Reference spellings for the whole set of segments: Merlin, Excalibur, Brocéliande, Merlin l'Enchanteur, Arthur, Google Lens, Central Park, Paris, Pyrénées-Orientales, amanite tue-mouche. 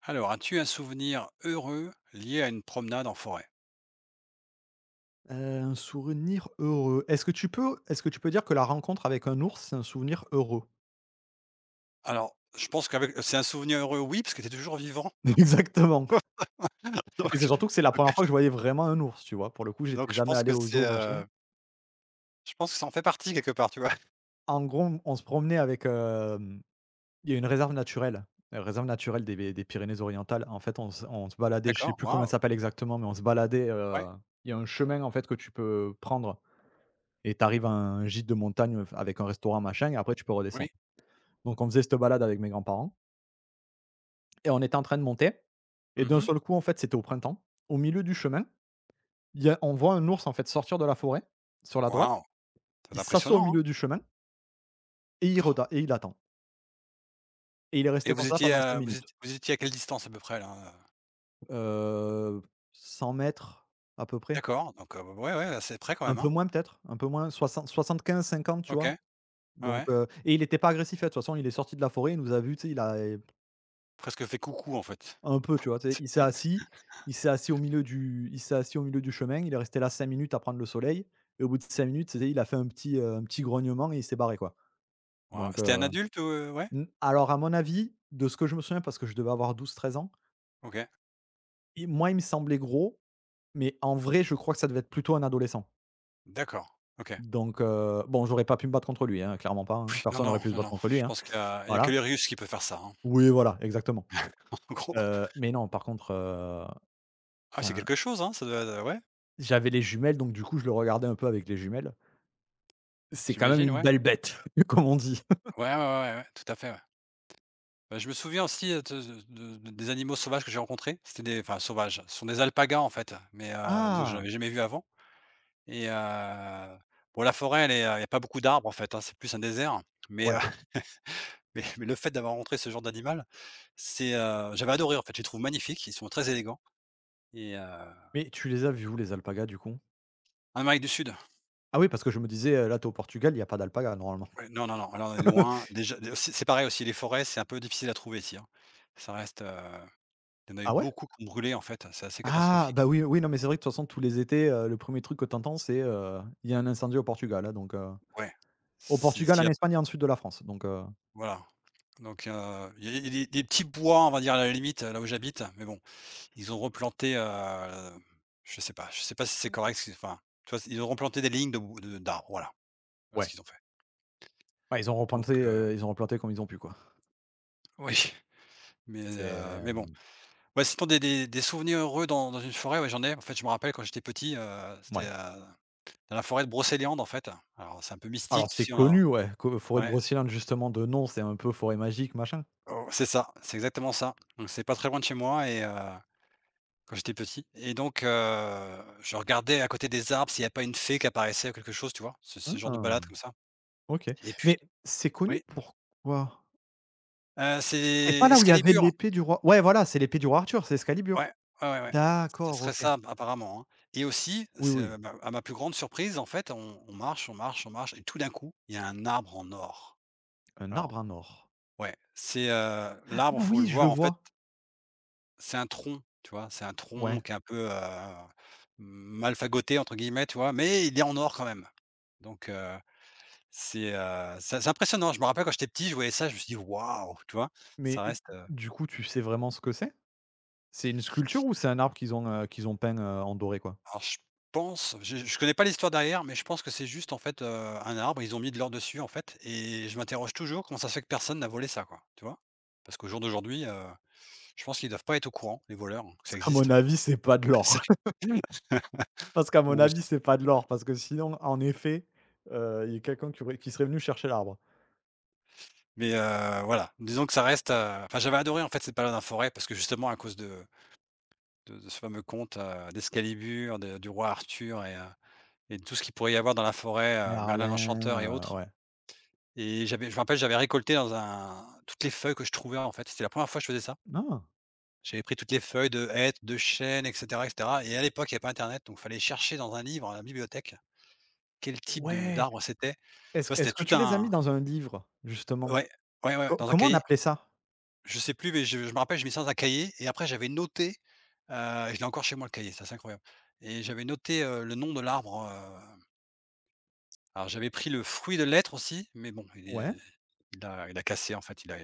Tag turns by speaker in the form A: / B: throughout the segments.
A: Alors, as-tu un souvenir heureux lié à une promenade en forêt?
B: Heu, un souvenir heureux. Est-ce que tu peux dire que la rencontre avec un ours, c'est un souvenir heureux?
A: Alors, je pense qu'avec c'est un souvenir heureux, oui, parce que tu es toujours vivant.
B: Exactement, et c'est
A: Donc
B: surtout que c'est la première fois que je
A: donc
B: voyais vraiment un ours, tu vois? Pour le coup, j'étais
A: donc
B: jamais allé au zoo, machin.
A: je pense que ça en fait partie quelque part, tu vois?
B: En gros, on se promenait avec, il y a une réserve naturelle des Pyrénées-Orientales. En fait, on se baladait, je sais
A: D'accord,
B: plus comment elle
A: waouh!
B: s'appelle exactement, mais on se baladait,
A: Ouais,
B: il y a un chemin, en fait, que tu peux prendre et tu arrives à un gîte de montagne, avec un restaurant, machin, et après tu peux
A: oui.
B: redescendre. Donc on faisait cette balade avec mes grands-parents. Et on était en train de monter et d'un
A: Mmh.
B: seul coup, en fait, c'était au printemps. Au milieu du chemin, il y a on voit un ours, en fait, sortir de la forêt, sur la droite.
A: Waouh!
B: Il
A: C'est
B: s'assoit au
A: impressionnant, hein?
B: milieu du chemin et il
A: Oh.
B: reda et il attend. Et il est resté
A: Et vous
B: comme ça
A: étiez,
B: pendant 5
A: vous
B: minutes.
A: étiez vous étiez à quelle distance à peu près là, heu?
B: Heu, 100 m à peu près.
A: D'accord, donc ouais, ouais, assez près quand
B: Un
A: même,
B: peu
A: hein?
B: moins peut-être, un peu moins, soixante, soixante-quinze, cinquante, tu
A: OK,
B: vois?
A: ouais,
B: Donc
A: ouais.
B: et il n'était pas agressif, hein, de toute façon, il est sorti de la forêt, il nous a vus, tu sais, il a.
A: Presque fait coucou en fait.
B: Un peu, tu vois? Tu sais, il s'est assis au milieu du chemin, il est resté là 5 minutes à prendre le soleil, et au bout de 5 minutes, tu sais, il a fait un petit grognement et il s'est barré, quoi.
A: Waouh,
B: Donc,
A: c'était un adulte ou? Ouais?
B: mmh, alors à mon avis, de ce que je me souviens, parce que je devais avoir 12, 13 ans,
A: OK,
B: il moi, il me semblait gros, mais en vrai, je crois que ça devait être plutôt un adolescent.
A: d'accord, OK.
B: Donc, bon, j'aurais pas pu me battre contre lui, hein, clairement pas, hein.
A: Non,
B: Personne n'aurait
A: non,
B: pu se
A: non,
B: battre
A: non,
B: contre lui,
A: je
B: hein.
A: pense qu'il y a que
B: Voilà.
A: les Russes qui peuvent faire ça, hein,
B: Oui, voilà, exactement.
A: en gros.
B: Mais non, par contre,
A: Ah, c'est
B: enfin,
A: quelque chose, hein, ça doit d ouais,
B: j'avais les jumelles, donc du coup, je le regardais un peu avec les jumelles. C'est quand même
A: j'imagine,
B: une
A: ouais.
B: belle bête, comme on dit.
A: Ouais, ouais, ouais, ouais, tout à fait, ouais. Bah, je me souviens aussi, de des animaux sauvages que j'ai rencontrés. C'était des enfin sauvages, ce sont des alpagas, en fait, mais disons que j'en
B: Ah!
A: avais jamais vu avant et bon, la forêt, elle est, il y a pas beaucoup d'arbres, en fait, hein, c'est plus un désert, mais
B: Ouais.
A: mais le fait d'avoir rencontré ce genre d'animal, c'est, j'avais adoré, en fait, je les trouve magnifiques, ils sont très élégants et
B: Mais tu les as vus où les alpagas du coup?
A: en Amérique du Sud.
B: Ah oui, parce que je me disais, là, tu es au Portugal, il y a pas d'alpagas normalement.
A: Ouais, non, non, non, là, on est loin. Déjà, d c'est pareil aussi, les forêts, c'est un peu difficile à trouver ici, hein. Ça reste, il y en a eu
B: Ah ouais?
A: beaucoup qui ont brûlé, en fait, c'est assez
B: Ah! Bah
A: catastrophique.
B: oui, oui, non, mais c'est vrai que de toute façon tous les étés, le premier truc que t'entends, c'est, «Il y a un incendie au Portugal», hein, donc
A: Ouais.
B: au
A: Si
B: Portugal,
A: s'il y
B: en
A: a,
B: Espagne et en sud de la France, donc
A: voilà. Donc il y a des petits bois, on va dire, à la limite, là où j'habite, mais bon, ils ont replanté, je sais pas si c'est correct, si enfin, tu vois? Ils ont replanté des lignes de bou de d'arbres, voilà. Voilà ce
B: ouais.
A: qu'ils ont fait.
B: Ouais,
A: Donc
B: ils ont replanté comme ils ont pu, quoi.
A: oui,
B: C'est,
A: mais bon.
B: hem,
A: Ouais, sinon des souvenirs heureux dans une forêt, ouais, j'en ai. En fait, je me rappelle quand j'étais petit,
B: ouais.
A: dans la forêt de Brocéliande, en fait. Alors, c'est un peu
B: Alors
A: mystique, tu
B: c'est
A: sais, on
B: connu,
A: a
B: ouais, que forêt de
A: ouais,
B: Brocéliande, justement, de nom, c'est un peu forêt magique, machin.
A: oh, c'est ça, c'est exactement ça. Donc c'est pas très loin de chez moi et quand j'étais petit et donc je regardais à côté des arbres s'il y a pas une fée qui apparaissait ou quelque chose, tu vois? Ce genre de
B: Ah!
A: balade comme ça
B: OK.
A: et puis
B: Mais c'est connu
A: oui,
B: pourquoi? C'est pas
A: c'est
B: là où il y avait
A: Excalibur.
B: l'épée du roi, ouais, voilà, c'est l'épée du roi Arthur, c'est Excalibur.
A: Ouais, ouais, ouais, ouais. Ce
B: D'accord,
A: serait
B: OK.
A: ça apparemment, hein, et aussi,
B: Oui,
A: c'est,
B: oui,
A: bah, à ma plus grande surprise, en fait, on marche, on marche, on marche et tout d'un coup, il y a un arbre en or.
B: un
A: Alors
B: arbre en or.
A: ouais, c'est,
B: Ah
A: l'arbre, faut
B: oui,
A: le
B: je le
A: voir en fait.
B: vois.
A: C'est un tronc, tu vois? C'est un tronc
B: Ouais,
A: qui est un peu, mal «fagoté» entre guillemets, tu vois? Mais il est en or quand même. Donc c'est, c'est impressionnant. Je me rappelle quand j'étais petit, je voyais ça, je me suis dit: «Waouh!» tu vois?
B: mais
A: Ça
B: d
A: reste,
B: du coup, tu sais vraiment ce que c'est? C'est une sculpture ou c'est un arbre qu'ils ont peint, en doré, quoi?
A: alors je pense, je connais pas l'histoire derrière, mais je pense que c'est juste en fait, un arbre, ils ont mis de l'or dessus en fait et je m'interroge toujours comment ça se fait que personne n'a volé ça, quoi, tu vois? Parce qu'au jour d'aujourd'hui, je pense qu'ils doivent pas être au courant, les voleurs, hein, que ça
B: Parce qu'à mon
A: existe.
B: avis, c'est pas de l'or.
A: C'est
B: Parce qu'à mon
A: ou
B: avis, c'est pas de l'or, parce que sinon, en effet, il y a quelqu'un qui serait venu chercher l'arbre.
A: Mais voilà, disons que ça reste, enfin j'avais adoré en fait cette balade en forêt parce que justement à cause de ce fameux conte, d'Excalibur, de du roi Arthur et et de tout ce qu'il pourrait y avoir dans la forêt, Merlin
B: Merlin,
A: l'Enchanteur et autres
B: ouais.
A: et j'avais je me rappelle, j'avais récolté dans un toutes les feuilles que je trouvais en fait, c'était la première fois que je faisais ça.
B: Non.
A: J'avais pris toutes les feuilles de hêtre, de chêne et cetera et cetera et à l'époque, il n'y avait pas internet, donc il fallait chercher dans un livre, à la bibliothèque, quel type de
B: Ouais.
A: d'arbre c'était. Tu
B: Est-ce
A: vois?
B: est-ce
A: C'était
B: que
A: tout
B: tu les as mis
A: un
B: dans un livre, justement?
A: ouais, ouais, ouais,
B: Co
A: dans un
B: comment on
A: cahier.
B: appelait ça?
A: Je sais plus, mais je me rappelle, je mis ça dans un cahier et après j'avais noté, heu, je l'ai encore chez moi le cahier, ça, c'est incroyable et j'avais noté, le nom de l'arbre, alors j'avais pris le fruit de l'être aussi, mais bon,
B: Ouais,
A: il a cassé en fait,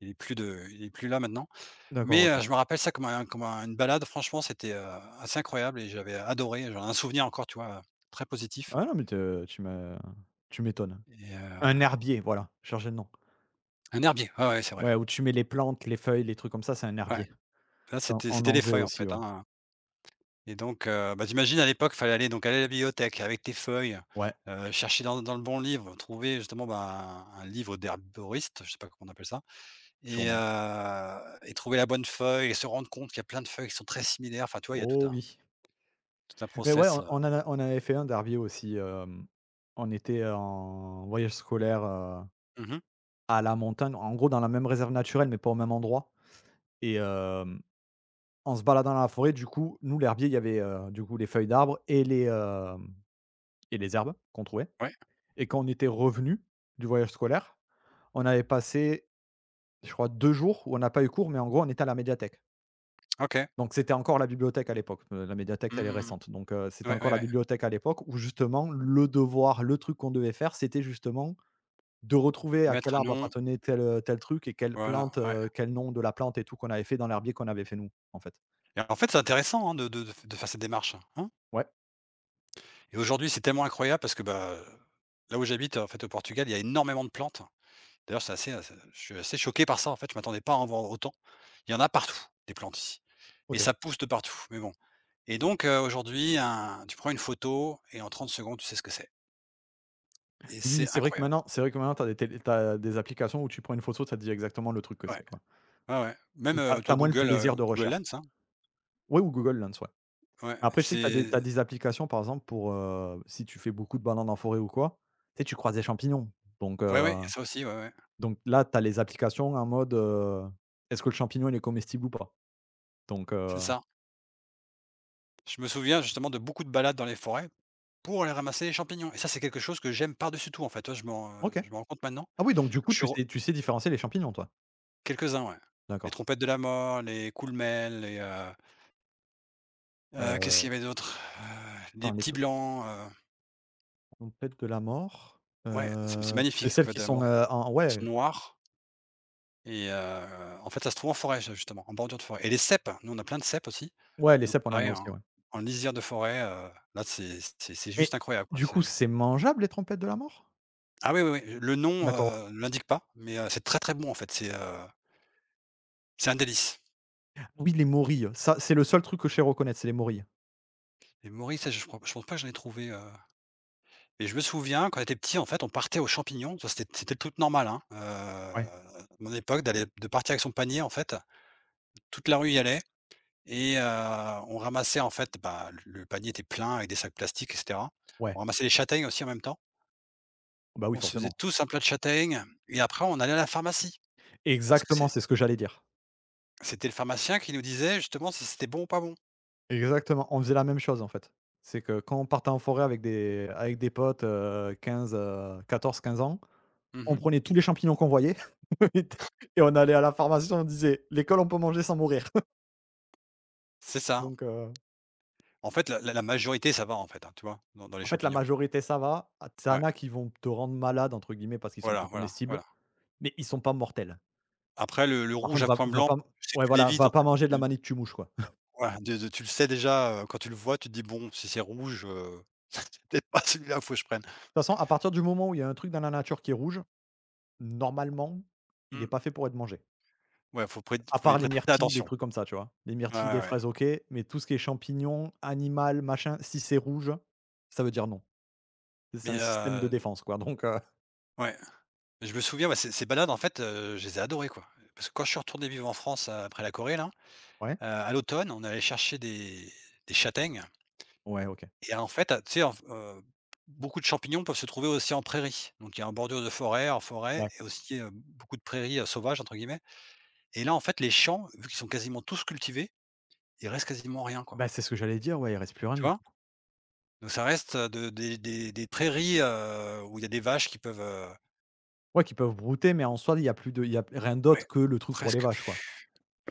A: il est plus là maintenant,
B: d'accord,
A: mais
B: OK.
A: je me rappelle ça comme un une balade, franchement, c'était, assez incroyable et j'avais adoré, j'en ai un souvenir encore, tu vois, très positif
B: Ah non, mais te tu m'étonnes.
A: et
B: Un herbier, voilà, je cherchais le nom.
A: un herbier, ouais, ouais, c'est vrai, ouais.
B: Ouais, où tu mets les plantes, les feuilles, les trucs comme ça, c'est un
A: Ouais,
B: herbier.
A: là,
B: On
A: c'était
B: on en
A: les
B: faisait
A: feuilles en
B: aussi,
A: fait,
B: ouais.
A: hein. Et donc, bah, tu à l'époque, fallait aller à la bibliothèque avec tes feuilles,
B: Ouais,
A: chercher dans le bon livre, trouver justement, ben, un livre d'herboriste, je sais pas comment on appelle ça et
B: sûrement.
A: et trouver la bonne feuille et se rendre compte qu'il y a plein de feuilles qui sont très similaires. Enfin, tu vois, il y a tout
B: Oh
A: un
B: oui.
A: tout un
B: Mais ouais,
A: process,
B: on en avait fait un d'herbier aussi, on était en voyage scolaire,
A: mmh.
B: à la montagne, en gros dans la même réserve naturelle, mais pas au même endroit, et hem, en se baladant dans la forêt, du coup, nous l'herbier, il y avait, du coup, les feuilles d'arbres et les, hem et les herbes qu'on trouvait,
A: Ouais,
B: et quand on était revenu du voyage scolaire. On avait passé, je crois, 2 jours où on n'a pas eu cours, mais en gros, on était à la médiathèque.
A: OK.
B: Donc c'était encore la bibliothèque à l'époque. La médiathèque,
A: Mmh
B: elle est
A: mmh, mmh.
B: récente. Donc c'était
A: Ouais,
B: encore
A: ouais,
B: la
A: ouais.
B: bibliothèque à l'époque où justement le devoir, le truc qu'on devait faire, c'était justement de retrouver à quel
A: Mettre un
B: arbre
A: nom,
B: appartenait tel, tel truc et quelle
A: voilà,
B: plante,
A: ouais
B: quel nom de la plante et tout qu'on avait fait dans l'herbier qu'on avait fait nous, en fait.
A: et en fait, c'est intéressant, hein, de faire cette démarche, hein
B: Ouais,
A: et aujourd'hui, c'est tellement incroyable parce que, bah, là où j'habite, en fait, au Portugal, il y a énormément de plantes. D'ailleurs, c'est je suis assez choqué par ça, en fait, je m'attendais pas à en voir autant. Il y en a partout, des plantes ici et
B: OK.
A: ça pousse de partout, mais bon et donc aujourd'hui, un tu prends une photo et en 30 secondes, tu sais ce que c'est et
B: Oui,
A: c'est
B: c'est vrai que
A: incroyable.
B: maintenant c'est vrai que maintenant t'as des tél tu des applications où tu prends une photo, ça te dit exactement le truc que
A: Ouais,
B: c'est, quoi.
A: ouais, ouais. Même,
B: Donc tu as moins le plaisir de
A: Google
B: recherche.
A: Lens, hein.
B: Oui ou Google Lens, ouais.
A: Ouais,
B: Mais après, je sais que t'as des t'as
A: c'est
B: des applications, par exemple, pour, si tu fais beaucoup de bananes en forêt ou quoi, tu sais, tu croises des champignons. Donc
A: ouais,
B: heu,
A: ouais, ça aussi, ouais, ouais,
B: donc là, t'as les applications en mode, est-ce que le champignon, il est comestible ou pas? Donc
A: c'est ça. Je me souviens justement de beaucoup de balades dans les forêts pour aller ramasser les champignons et ça, c'est quelque chose que j'aime par-dessus tout, en fait,
B: OK.
A: je me rends compte maintenant.
B: Ah oui, donc du
A: Quand
B: coup,
A: je suis re
B: tu sais différencier les champignons, toi?
A: quelques-uns, ouais. Les
B: D'accord.
A: trompettes de la mort, les Coolmel, Qu'est-ce qu'il
B: Heu,
A: y avait d'autre? Des
B: attends, les
A: petits blancs,
B: tempêtes de la mort,
A: ouais, c'est magnifique
B: c'est
A: les
B: celles
A: trompettes
B: qui
A: de la
B: sont,
A: mort.
B: en
A: Ils sont
B: ouais,
A: noirs et en fait, ça se trouve en forêt ju justement, en bordure de forêt et les cèpes, nous on a plein de cèpes aussi,
B: ouais, les
A: donc
B: cèpes, on en a
A: pareil
B: aussi,
A: en
B: ouais.
A: en lisière de forêt, là c'est
B: Mais
A: juste incroyable quoi,
B: du coup, c'est mangeable, les tempêtes de la mort?
A: ah oui, oui, oui, le nom,
B: D'accord.
A: ne l'indique pas, mais c'est très, très bon en fait, c'est un délice
B: Oui, les morilles, ça, c'est le seul truc que je sais reconnaître, c'est les morilles.
A: et Maurice, ça je crois pense pas que j'en ai trouvé, et je me souviens quand on était petit, en fait, on partait aux champignons, ça c'était le truc normal, hein,
B: Ouais,
A: à mon époque d'aller de partir avec son panier en fait. Toute la rue y allait et on ramassait en fait, bah, le panier était plein avec des sacs plastiques et cetera.
B: ouais.
A: On ramassait les châtaignes aussi en même temps.
B: Bah, oui,
A: On se faisait
B: forcément.
A: tous un plat de châtaignes et après on allait à la pharmacie parce que
B: Exactement,
A: c'est
B: c'est ce que j'allais dire.
A: c'était le pharmacien qui nous disait justement si c'était bon ou pas bon.
B: Exactement, on faisait la même chose, en fait. C'est que quand on partait en forêt avec des potes, 15, 14-15 ans, on
A: Mmh.
B: prenait tous les champignons qu'on voyait et on allait à la pharmacie, on disait: «L'école, on peut manger sans mourir».
A: C'est ça.
B: Donc
A: En fait, la majorité ça va en fait, hein, tu vois? Dans les
B: en fait, la
A: champignons.
B: majorité, ça va. Ah, tu
A: Ouais,
B: as qui vont te rendre «malade» entre guillemets parce qu'ils sont
A: voilà,
B: pas
A: voilà,
B: comestibles,
A: voilà.
B: mais ils sont pas mortels.
A: Après le
B: Par
A: rouge
B: contre,
A: à
B: va
A: point
B: va
A: blanc,
B: pas
A: tu
B: ouais,
A: tu
B: voilà,
A: l'évites
B: va
A: en
B: pas
A: fait.
B: manger de la
A: Tu
B: mangue tue-mouche, quoi. De
A: voilà, de tu le sais déjà, quand tu le vois, tu te dis: «Bon, si c'est rouge, c'est peut-être pas celui-là, faut que je prenne».
B: toute façon, à partir du moment où il y a un truc dans la nature qui est rouge, normalement, il est
A: Mmh.
B: pas fait pour être mangé.
A: Ouais,
B: À
A: faut y
B: part les
A: prêter
B: myrtilles, les
A: attention.
B: trucs comme ça, tu vois? Les
A: Ouais,
B: myrtilles, les
A: ouais, ouais.
B: fraises, OK, mais tout ce qui est champignons, animal, machin, si c'est rouge, ça veut dire non. C'est
A: Mais,
B: un système de défense, quoi, donc
A: ouais, je me souviens, ouais, ces balades en fait, je les ai adorées quoi. Parce que quand je suis retourné vivre en France, après la Corée là,
B: ouais?
A: à l'automne, on allait chercher des châtaignes
B: Ouais, OK.
A: et en fait, tu sais, en f beaucoup de champignons peuvent se trouver aussi en prairie. Donc il y a en bordure de forêt, en forêt
B: Ouais.
A: et aussi, beaucoup de prairies, «sauvages» entre guillemets et là en fait les champs, vu qu'ils sont quasiment tous cultivés, il reste quasiment rien quoi,
B: Bah, c'est ce que j'allais dire, ouais, il reste plus rien,
A: tu
B: du
A: vois?
B: coup.
A: Donc ça reste, de des prairies, où il y a des vaches qui peuvent.
B: Ouais, qu'ils peuvent brouter, mais en soi, il y a rien d'autre
A: Ouais,
B: que le truc pour les
A: presque
B: vaches, quoi.
A: plus,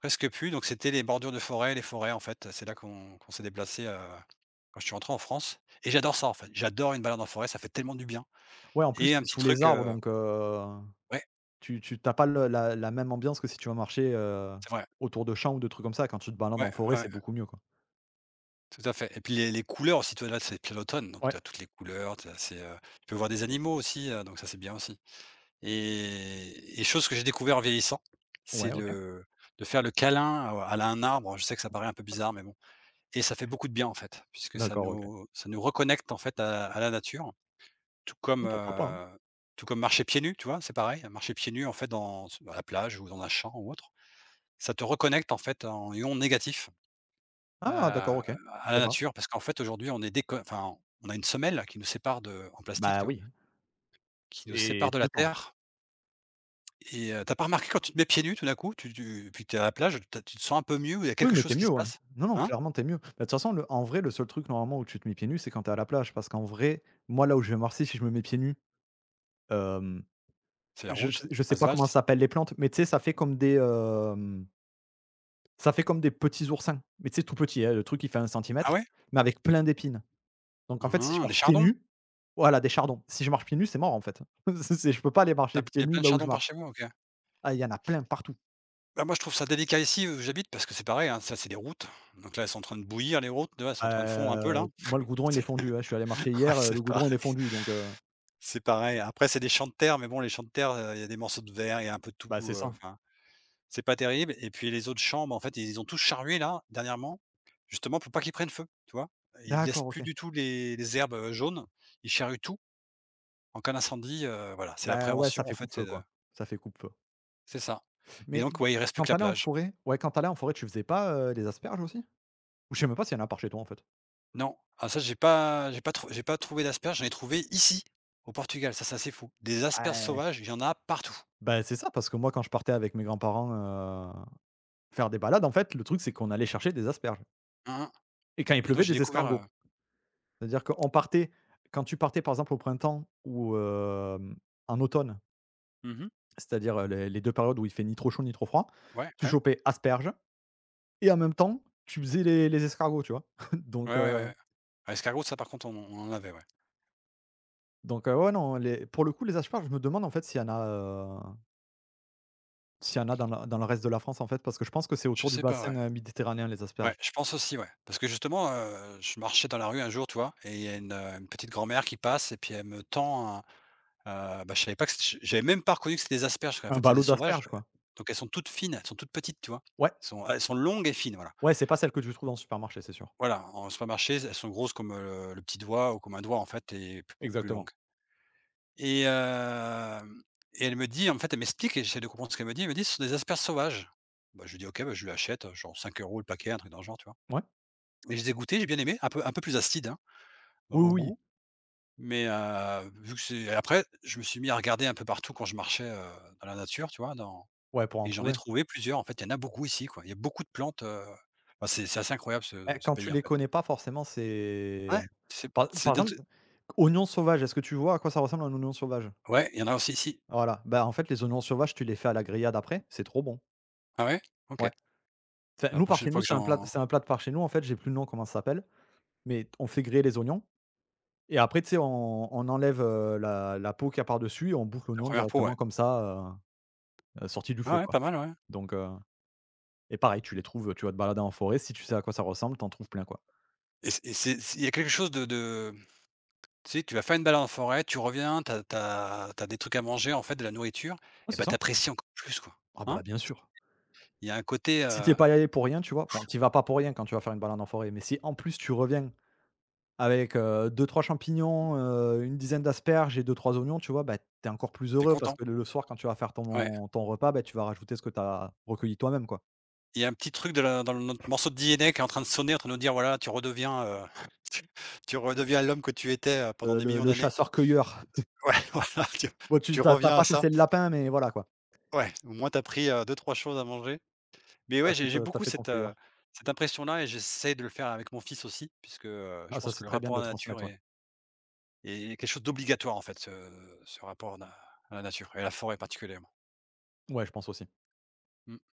A: presque plus, donc c'était les bordures de forêt, les forêts, en fait, c'est là qu'on s'est déplacé quand je suis rentré en France et j'adore ça, en fait. J'adore une balade en forêt, ça fait tellement du bien
B: Ouais, en plus,
A: et un
B: tu
A: petit
B: sous les
A: truc,
B: arbres,
A: heu
B: donc
A: ouais,
B: tu tu t'as pas le la la même ambiance que si tu vas marcher,
A: c'est vrai.
B: autour de champs ou de trucs comme ça. Quand tu te balades en
A: Ouais,
B: forêt,
A: ouais,
B: c'est beaucoup mieux, quoi.
A: tout à fait et puis les couleurs aussi, tu vois, là, c'est plein l'automne, donc
B: Ouais.
A: tu as toutes les couleurs, tu c'est, tu peux voir des animaux aussi, donc ça, c'est bien aussi et chose que j'ai découvert en vieillissant, c'est
B: Ouais, OK.
A: le de faire le câlin, à un arbre. Je sais que ça paraît un peu bizarre, mais bon. Et ça fait beaucoup de bien en fait, puisque ça
B: D'accord, OK.
A: nous ça nous reconnecte en fait à la nature, tout comme,
B: Mmh, pourquoi pas, hein?
A: tout comme marcher pieds nus, tu vois? C'est pareil, marcher pieds nus en fait dans à la plage ou dans un champ ou autre. Ça te reconnecte en fait en ion négatif,
B: Ah d'accord, OK. Je
A: à la
B: savais pas.
A: nature parce qu'en fait aujourd'hui on est déco enfin on a une semelle qui nous sépare de en plastique,
B: Bah,
A: tu vois?
B: oui
A: Qui nous
B: et
A: sépare de
B: tout
A: la
B: le temps.
A: terre et tu pas remarqué quand tu te mets pieds nus tout d'un coup, tu puis tu es à la plage, tu te sens un peu mieux il y a
B: Oui,
A: quelque
B: mais tu
A: chose
B: es
A: qui
B: mieux,
A: se
B: ouais.
A: passe?
B: Non, non,
A: Hein?
B: clairement, tu es mieux. Bah, de toute façon, le en vrai, le seul truc normalement où tu te mets pieds nus, c'est quand tu es à la plage parce qu'en vrai, moi, là où je vais marcher, si je me mets pieds nus, hem,
A: C'est la
B: je
A: route,
B: je je sais pas comment ça
A: asphalte.
B: s'appelle les plantes, mais tu sais, ça fait comme des, ça fait comme des petits oursins, mais tu sais, tout petit, hein, le truc il fait un
A: Ah
B: centimètre,
A: ouais?
B: mais avec plein d'épines. Donc en fait, si je
A: Hein, les
B: marche pieds
A: chardons!
B: nus. Voilà, des chardons. Si je marche pieds nus, c'est mort, en fait. C'est je peux pas aller marcher
A: T'as il
B: pieds
A: y a
B: nus
A: plein de
B: là où je
A: chardons par
B: marche.
A: chez moi, OK.
B: Ah, il y en a plein partout.
A: Bah, moi, je trouve ça délicat ici, où j'habite, parce que c'est pareil, hein, ça, c'est des routes. Donc là, elles sont en train de bouillir les routes, là, elles sont en train de fondre un peu,
B: Bah,
A: là.
B: moi le goudron il est
A: C'est
B: fondu, hein. Je suis allé marcher
A: ouais,
B: hier,
A: c'est
B: le goudron il est
A: pareil,
B: fondu, donc
A: c'est pareil. Après, c'est des champs de terre, mais bon, les champs de terre, il y a des morceaux de verre, il y a un peu de tout,
B: bah, c'est ça.
A: enfin, c'est pas terrible et puis les autres champs, bah, en fait, ils ont tous charrué, là, dernièrement, justement pour pas qu'ils prennent feu, tu vois? Ils laissent
B: D'accord,
A: plus
B: OK.
A: du tout les herbes, jaunes, ils charruent tout en cas d'incendie, voilà, c'est la
B: Bah, ouais, ça
A: prévention, en
B: fait
A: fait,
B: coupe-feu,
A: c'est de
B: quoi. Ça fait coupe-feu.
A: c'est ça et
B: Mais
A: donc ouais, il reste plus
B: quand
A: que
B: tu
A: la
B: allais en
A: plage.
B: forêt, ouais, quand tu allais en forêt, tu faisais pas, des asperges aussi? Ou je sais même pas s'il y en a par chez toi, en fait?
A: Non, ah ça j'ai pas trouvé d'asperges, j'en ai trouvé ici, au Portugal, ça c'est assez fou. Des asperges
B: Ouais.
A: sauvages, il y en a partout.
B: Bah, c'est ça, parce que moi quand je partais avec mes grands-parents, faire des balades, en fait, le truc c'est qu'on allait chercher des asperges
A: Hein, hein
B: et quand il
A: et donc
B: pleuvait,
A: j'ai
B: des
A: découvert,
B: escargots. C'est-à-dire qu'on partait, quand tu partais, par exemple, au printemps ou en automne.
A: mmh.
B: C'est-à-dire, les 2 périodes où il fait ni trop chaud ni trop froid,
A: Ouais,
B: tu
A: ouais.
B: chopais asperges et en même temps, tu faisais les escargots, tu vois?
A: Ouais,
B: Donc
A: ouais, ouais,
B: heu,
A: ouais. À escargot, ça par contre on en avait, ouais.
B: donc ouais, non, les pour le coup, les asperges, je me demande en fait s'il y en a, heu, s'il y en a dans le reste de la France, en fait, parce que je pense que c'est
A: Je
B: autour du
A: sais pas,
B: bassin,
A: ouais.
B: méditerranéen, les
A: Ouais,
B: asperges.
A: je pense aussi, ouais. Parce que justement, je marchais dans la rue un jour, tu vois? Et il y a une petite grand-mère qui passe et puis elle me tend un, bah, je savais pas que c j'avais même pas reconnu que c'était des asperges, parce
B: Un
A: qu'en fait c'est
B: ballot
A: des sauvages,
B: d'asperges, quoi.
A: donc elles sont toutes fines, elles sont toutes petites, tu vois?
B: Ouais,
A: Elles sont longues et fines, voilà.
B: ouais, c'est pas celle que tu trouves dans le supermarché, c'est sûr.
A: Voilà, en supermarché, elles sont grosses comme, le petit doigt ou comme un doigt, en fait et p plus
B: Exactement.
A: longues et hem et elle me dit en fait, elle m'explique et j'essaie de comprendre ce qu'elle me dit. Elle me dit: «Ce sont des asperges sauvages». Bah, je lui dis: «OK», bah, je lui achète, genre 5 € le paquet, un truc dans le genre, tu vois?
B: Ouais.
A: Et je les ai goûtées, j'ai bien aimé, un peu plus acide hein,
B: Oui,
A: au
B: oui,
A: goût, mais vu que c'est. Et après, je me suis mis à regarder un peu partout quand je marchais, dans la nature, tu vois? Dans
B: ouais, pour en
A: et j'en ai
B: trouver.
A: trouvé plusieurs, en fait, il y en a beaucoup ici, quoi. Il y a beaucoup de plantes, enfin, c'est assez incroyable ce
B: Bah,
A: ce
B: quand tu
A: pays, en
B: les
A: fait.
B: connais pas forcément,
A: Ouais,
B: c'est,
A: c'est
B: par
A: c'est
B: par
A: dans.
B: exemple, oignon sauvage, est-ce que tu vois à quoi ça ressemble un oignon sauvage?
A: Ouais, il y en a aussi ici.
B: Voilà, bah, en fait, les oignons sauvages, tu les fais à la grillade après, c'est trop bon.
A: Ah ouais?
B: Ouais.
A: OK.
B: Enfin,
A: La
B: nous, par
A: prochaine
B: chez nous,
A: fois que j'en
B: c'est un plat de par chez nous, en fait, j'ai plus le nom, comment ça s'appelle, mais on fait griller les oignons et après, tu sais, on enlève, la peau qu'il y a par-dessus et on bouffe
A: la
B: l'oignon
A: 1re peau, ouais.
B: directement comme ça, sorti du
A: Ah
B: feu,
A: ouais,
B: quoi.
A: pas mal, ouais.
B: Donc et pareil, tu les trouves, tu vas te balader en forêt, si tu sais à quoi ça ressemble, t'en trouves plein, quoi.
A: Et c'est il y a quelque chose de tu sais, tu vas faire une balade en forêt, tu reviens, t'as des trucs à manger, en fait, de la nourriture
B: Ouais,
A: et
B: c'est
A: ben
B: ça.
A: t'apprécies encore plus, quoi,
B: Ah
A: hein?
B: bah, bien sûr.
A: Il y a un côté,
B: Si t'es pas allé pour rien, tu vois? Bon, tu vas pas pour rien quand tu vas faire une balade en forêt, mais si en plus tu reviens avec, 2-3 champignons, une dizaine d'asperges et deux trois oignons, tu vois? Bah, tu es encore plus
A: tu
B: heureux parce
A: content.
B: que le soir, quand tu vas faire
A: Ouais.
B: ton repas, bah, tu vas rajouter ce que tu as recueilli toi-même, quoi.
A: Il y a un petit truc de la dans notre morceau de DNA qui est en train de sonner, en train de nous dire: «Voilà, tu redeviens, tu tu redeviens l'homme que tu étais, pendant des
B: Le
A: millions
B: le
A: d'années».
B: chasseur-cueilleur.
A: Ouais, voilà, tu
B: Bon, tu
A: tu
B: t'as
A: reviens
B: pas
A: à ça.
B: chassé le lapin, mais voilà, quoi.
A: Ouais, au moins t'as pris, 2-3 choses à manger. Mais
B: Tu
A: ouais,
B: as fait,
A: j'ai
B: t'as
A: beaucoup
B: fait ton
A: cette,
B: cueilleur.
A: cette impression-là et j'essaie de le faire avec mon fils aussi puisque,
B: Ah,
A: je
B: ça,
A: pense
B: c'est
A: que le
B: très bien de
A: rapport à
B: le
A: la nature
B: transmettre, ouais.
A: est est quelque chose d'obligatoire en fait, ce ce rapport na à la nature et à la forêt particulièrement.
B: Ouais, je pense aussi.
A: Mmh.